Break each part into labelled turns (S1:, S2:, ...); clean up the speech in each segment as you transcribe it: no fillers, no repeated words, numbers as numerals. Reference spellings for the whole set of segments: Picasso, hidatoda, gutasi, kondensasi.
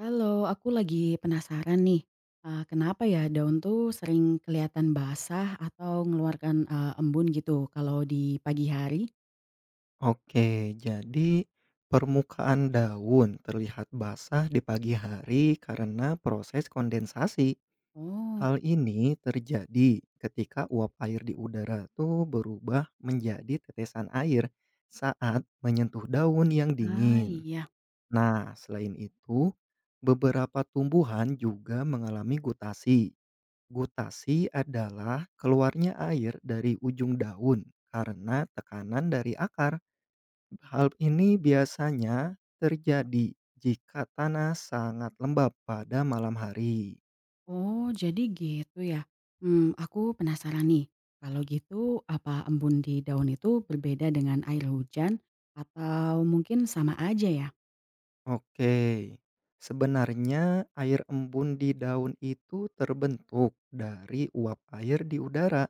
S1: Halo, aku lagi penasaran nih, kenapa ya daun tuh sering kelihatan basah atau ngeluarkan embun gitu kalau di pagi hari?
S2: Oke, jadi permukaan daun terlihat basah di pagi hari karena proses kondensasi.
S1: Oh,
S2: Hal ini terjadi ketika uap air di udara tuh berubah menjadi tetesan air saat menyentuh daun yang
S1: ah,
S2: dingin.
S1: iya.
S2: Nah, selain itu, beberapa tumbuhan juga mengalami gutasi. Gutasi adalah keluarnya air dari ujung daun karena tekanan dari akar. Hal ini biasanya terjadi jika tanah sangat lembab pada malam hari.
S1: Oh, jadi gitu ya? Hmm, aku penasaran nih, kalau gitu apa embun di daun itu berbeda dengan air hujan atau mungkin sama aja ya?
S2: Oke, sebenarnya air embun di daun itu terbentuk dari uap air di udara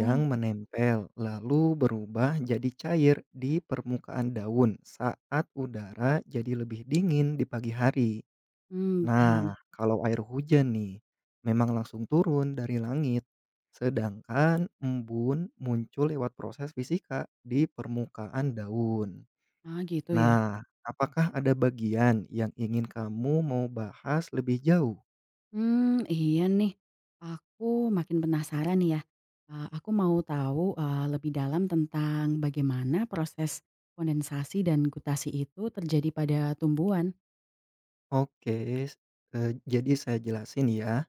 S2: yang menempel lalu berubah jadi cair di permukaan daun saat udara jadi lebih dingin di pagi hari.
S1: hmm, paham.
S2: Nah, kalau air hujan nih, memang langsung turun dari langit. Sedangkan embun muncul lewat proses fisika di permukaan daun.
S1: Ah, gitu ya?
S2: Nah, apakah ada bagian yang ingin kamu mau bahas lebih jauh?
S1: Hmm, iya nih, aku makin penasaran nih ya, aku mau tahu lebih dalam tentang bagaimana proses kondensasi dan gutasi itu terjadi pada tumbuhan.
S2: Oke, jadi saya jelasin ya.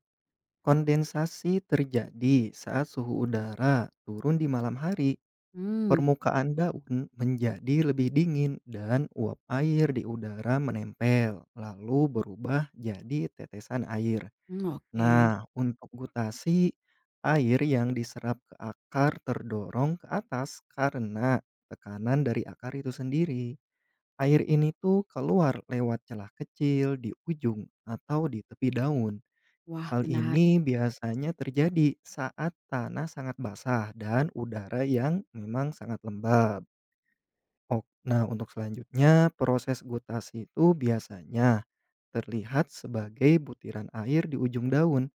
S2: Kondensasi terjadi saat suhu udara turun di malam hari.
S1: Hmm,
S2: Permukaan daun menjadi lebih dingin dan uap air di udara menempel, lalu berubah jadi tetesan air.
S1: mmm, oke.
S2: Nah, untuk gutasi, air yang diserap ke akar terdorong ke atas karena tekanan dari akar itu sendiri. Air ini tuh keluar lewat celah kecil di ujung atau di tepi daun.
S1: Wah,
S2: Hal
S1: menarik.
S2: ini biasanya terjadi saat tanah sangat basah dan udara yang memang sangat lembab. Ok, nah untuk selanjutnya proses gutasi itu biasanya terlihat sebagai butiran air di ujung daun.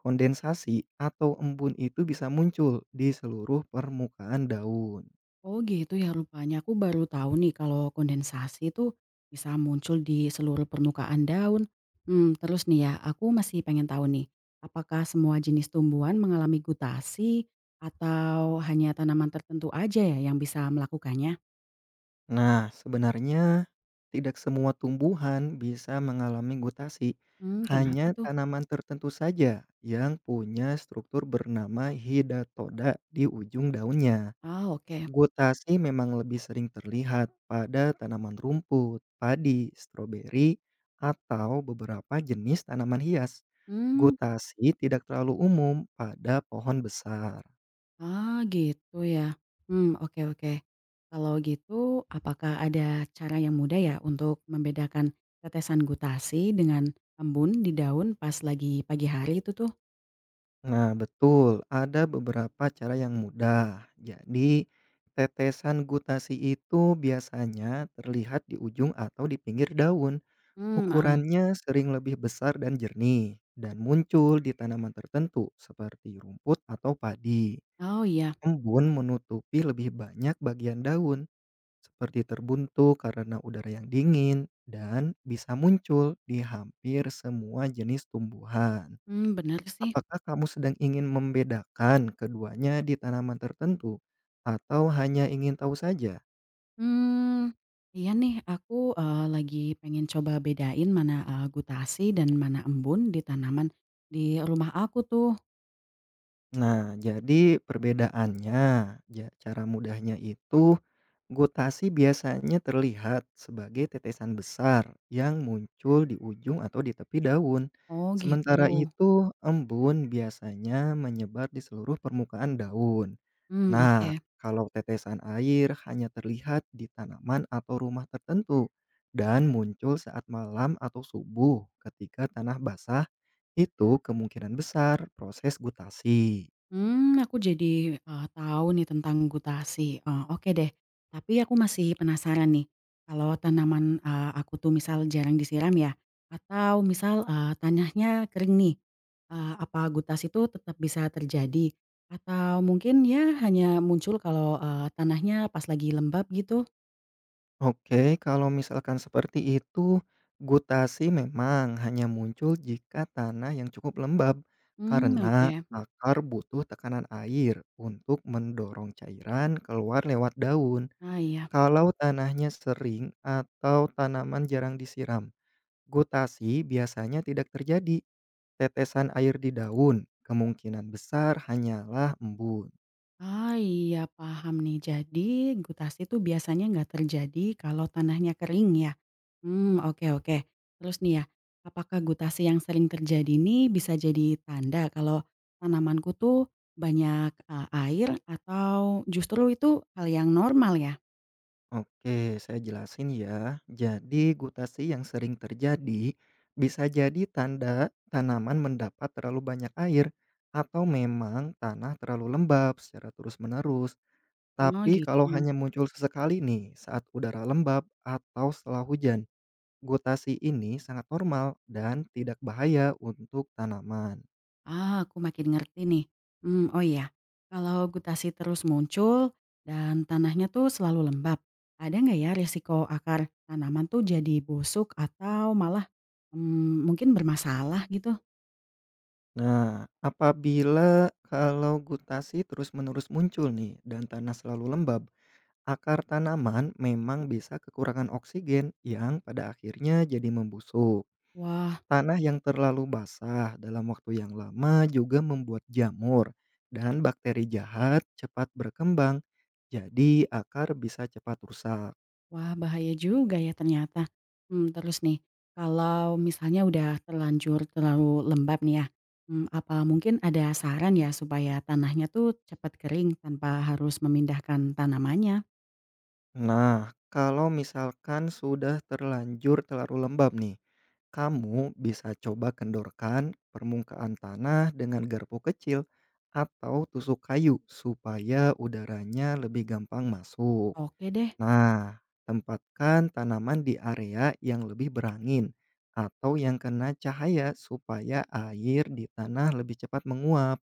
S2: Kondensasi atau embun itu bisa muncul di seluruh permukaan daun.
S1: Oh, gitu ya rupanya, aku baru tahu nih kalau kondensasi itu bisa muncul di seluruh permukaan daun. Hmm, terus nih ya, aku masih pengen tahu nih, apakah semua jenis tumbuhan mengalami gutasi atau hanya tanaman tertentu aja ya yang bisa melakukannya?
S2: Nah, sebenarnya tidak semua tumbuhan bisa mengalami gutasi.
S1: Hmm, kenapa
S2: Hanya
S1: tuh?
S2: tanaman tertentu saja yang punya struktur bernama hidatoda di ujung daunnya.
S1: Ah, oke.
S2: Gutasi memang lebih sering terlihat pada tanaman rumput, padi, stroberi, atau beberapa jenis tanaman hias.
S1: Hmm.
S2: Gutasi tidak terlalu umum pada pohon besar.
S1: Ah, gitu ya. Hmm, oke oke. Kalau gitu apakah ada cara yang mudah ya untuk membedakan tetesan gutasi dengan embun di daun pas lagi pagi hari itu tuh?
S2: Nah, betul, ada beberapa cara yang mudah. Jadi, tetesan gutasi itu biasanya terlihat di ujung atau di pinggir daun.
S1: Mmm, ah,
S2: Ukurannya sering lebih besar dan jernih dan muncul di tanaman tertentu seperti rumput atau padi.
S1: oh iya.
S2: Embun menutupi lebih banyak bagian daun, seperti terbuntu karena udara yang dingin dan bisa muncul di hampir semua jenis tumbuhan.
S1: Hmm, bener sih.
S2: Apakah kamu sedang ingin membedakan keduanya di tanaman tertentu atau hanya ingin tahu saja?
S1: Hmm, iya nih aku, lagi pengen coba bedain mana gutasi dan mana embun di tanaman di rumah aku tuh.
S2: Nah, jadi perbedaannya, cara mudahnya itu, gutasi biasanya terlihat sebagai tetesan besar yang muncul di ujung atau di tepi daun.
S1: Oh,
S2: Sementara
S1: gitu.
S2: itu, embun biasanya menyebar di seluruh permukaan daun.
S1: Hmm,
S2: Nah,
S1: oke.
S2: kalau tetesan air hanya terlihat di tanaman atau rumah tertentu dan muncul saat malam atau subuh ketika tanah basah, itu kemungkinan besar proses gutasi.
S1: Hmm, aku jadi tahu nih tentang gutasi, oke deh. Tapi aku masih penasaran nih, kalau tanaman, aku tuh misal jarang disiram ya, atau misal, tanahnya kering nih, apa gutasi itu tetap bisa terjadi? Atau mungkin ya hanya muncul kalau tanahnya pas lagi lembab gitu?
S2: Oke, kalau misalkan seperti itu, gutasi memang hanya muncul jika tanah yang cukup lembab
S1: Hmm,
S2: karena
S1: oke.
S2: Akar butuh tekanan air untuk mendorong cairan keluar lewat daun.
S1: Ah, iya.
S2: Kalau tanahnya sering atau tanaman jarang disiram, gutasi biasanya tidak terjadi. Tetesan air di daun kemungkinan besar hanyalah embun.
S1: Ah, iya paham nih. Jadi gutasi itu biasanya nggak terjadi kalau tanahnya kering ya? Hmm, oke oke. Terus nih ya, apakah gutasi yang sering terjadi ini bisa jadi tanda kalau tanamanku tuh banyak air atau justru itu hal yang normal ya?
S2: Oke, saya jelasin ya. Jadi, gutasi yang sering terjadi bisa jadi tanda tanaman mendapat terlalu banyak air atau memang tanah terlalu lembab secara terus-menerus.
S1: Oh,
S2: Tapi kalau
S1: gitu.
S2: hanya muncul sesekali nih saat udara lembab atau setelah hujan, gutasi ini sangat normal dan tidak bahaya untuk tanaman.
S1: Ah, aku makin ngerti nih. Mmm, oh iya, kalau gutasi terus muncul dan tanahnya tuh selalu lembab, ada nggak ya risiko akar tanaman tuh jadi busuk atau malah, mmm, mungkin bermasalah gitu?
S2: Nah, apabila kalau gutasi terus-menerus muncul nih dan tanah selalu lembab, akar tanaman memang bisa kekurangan oksigen yang pada akhirnya jadi membusuk.
S1: Wah
S2: Tanah yang terlalu basah dalam waktu yang lama juga membuat jamur dan bakteri jahat cepat berkembang, jadi akar bisa cepat rusak.
S1: wah bahaya juga ya ternyata. Mmm, terus nih, kalau misalnya udah terlanjur terlalu lembab nih ya, mmm, apa mungkin ada saran ya supaya tanahnya tuh cepat kering tanpa harus memindahkan tanamannya?
S2: Nah, kalau misalkan sudah terlanjur terlalu lembab nih, kamu bisa coba kendorkan permukaan tanah dengan garpu kecil atau tusuk kayu supaya udaranya lebih gampang masuk.
S1: Oke deh.
S2: Nah, tempatkan tanaman di area yang lebih berangin atau yang kena cahaya supaya air di tanah lebih cepat menguap.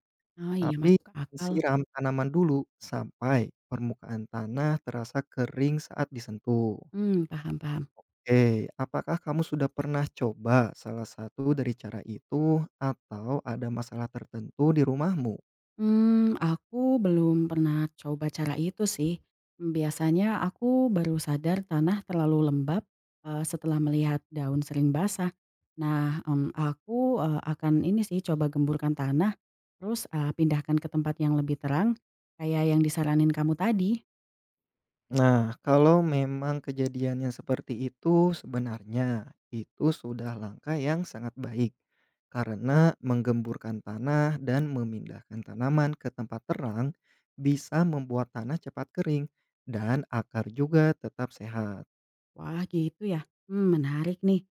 S1: Ah, iya
S2: Tapi
S1: masuk akal.
S2: siram tanaman dulu sampai permukaan tanah terasa kering saat disentuh.
S1: Mmm, paham paham.
S2: Oke, apakah kamu sudah pernah coba salah satu dari cara itu atau ada masalah tertentu di rumahmu?
S1: Mmm, aku belum pernah coba cara itu sih. Mmm, biasanya aku baru sadar tanah terlalu lembab, setelah melihat daun sering basah. Nah, mmm, aku akan ini sih coba gemburkan tanah, terus pindahkan ke tempat yang lebih terang, kayak yang disaranin kamu tadi.
S2: Nah, kalau memang kejadiannya seperti itu, sebenarnya itu sudah langkah yang sangat baik karena menggemburkan tanah dan memindahkan tanaman ke tempat terang bisa membuat tanah cepat kering dan akar juga tetap sehat.
S1: Wah, gitu ya? Mmm, menarik nih.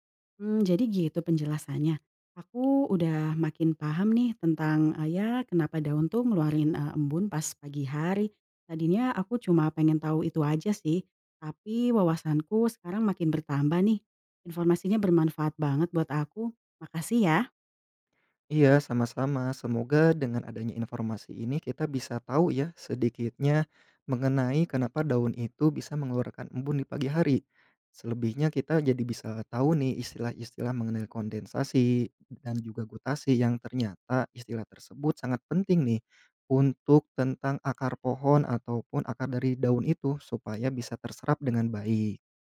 S1: Mmm, jadi gitu penjelasannya. Aku udah makin paham nih tentang, ya kenapa daun tuh ngeluarin embun pas pagi hari. Tadinya aku cuma pengen tahu itu aja sih, tapi wawasanku sekarang makin bertambah nih. Informasinya bermanfaat banget buat aku. Makasih ya.
S2: Iya, sama-sama. Semoga dengan adanya informasi ini kita bisa tahu ya sedikitnya mengenai kenapa daun itu bisa mengeluarkan embun di pagi hari. Selebihnya kita jadi bisa tahu nih istilah-istilah mengenai kondensasi dan juga gutasi yang ternyata istilah tersebut sangat penting nih untuk tentang akar pohon ataupun akar dari daun itu supaya bisa terserap dengan baik.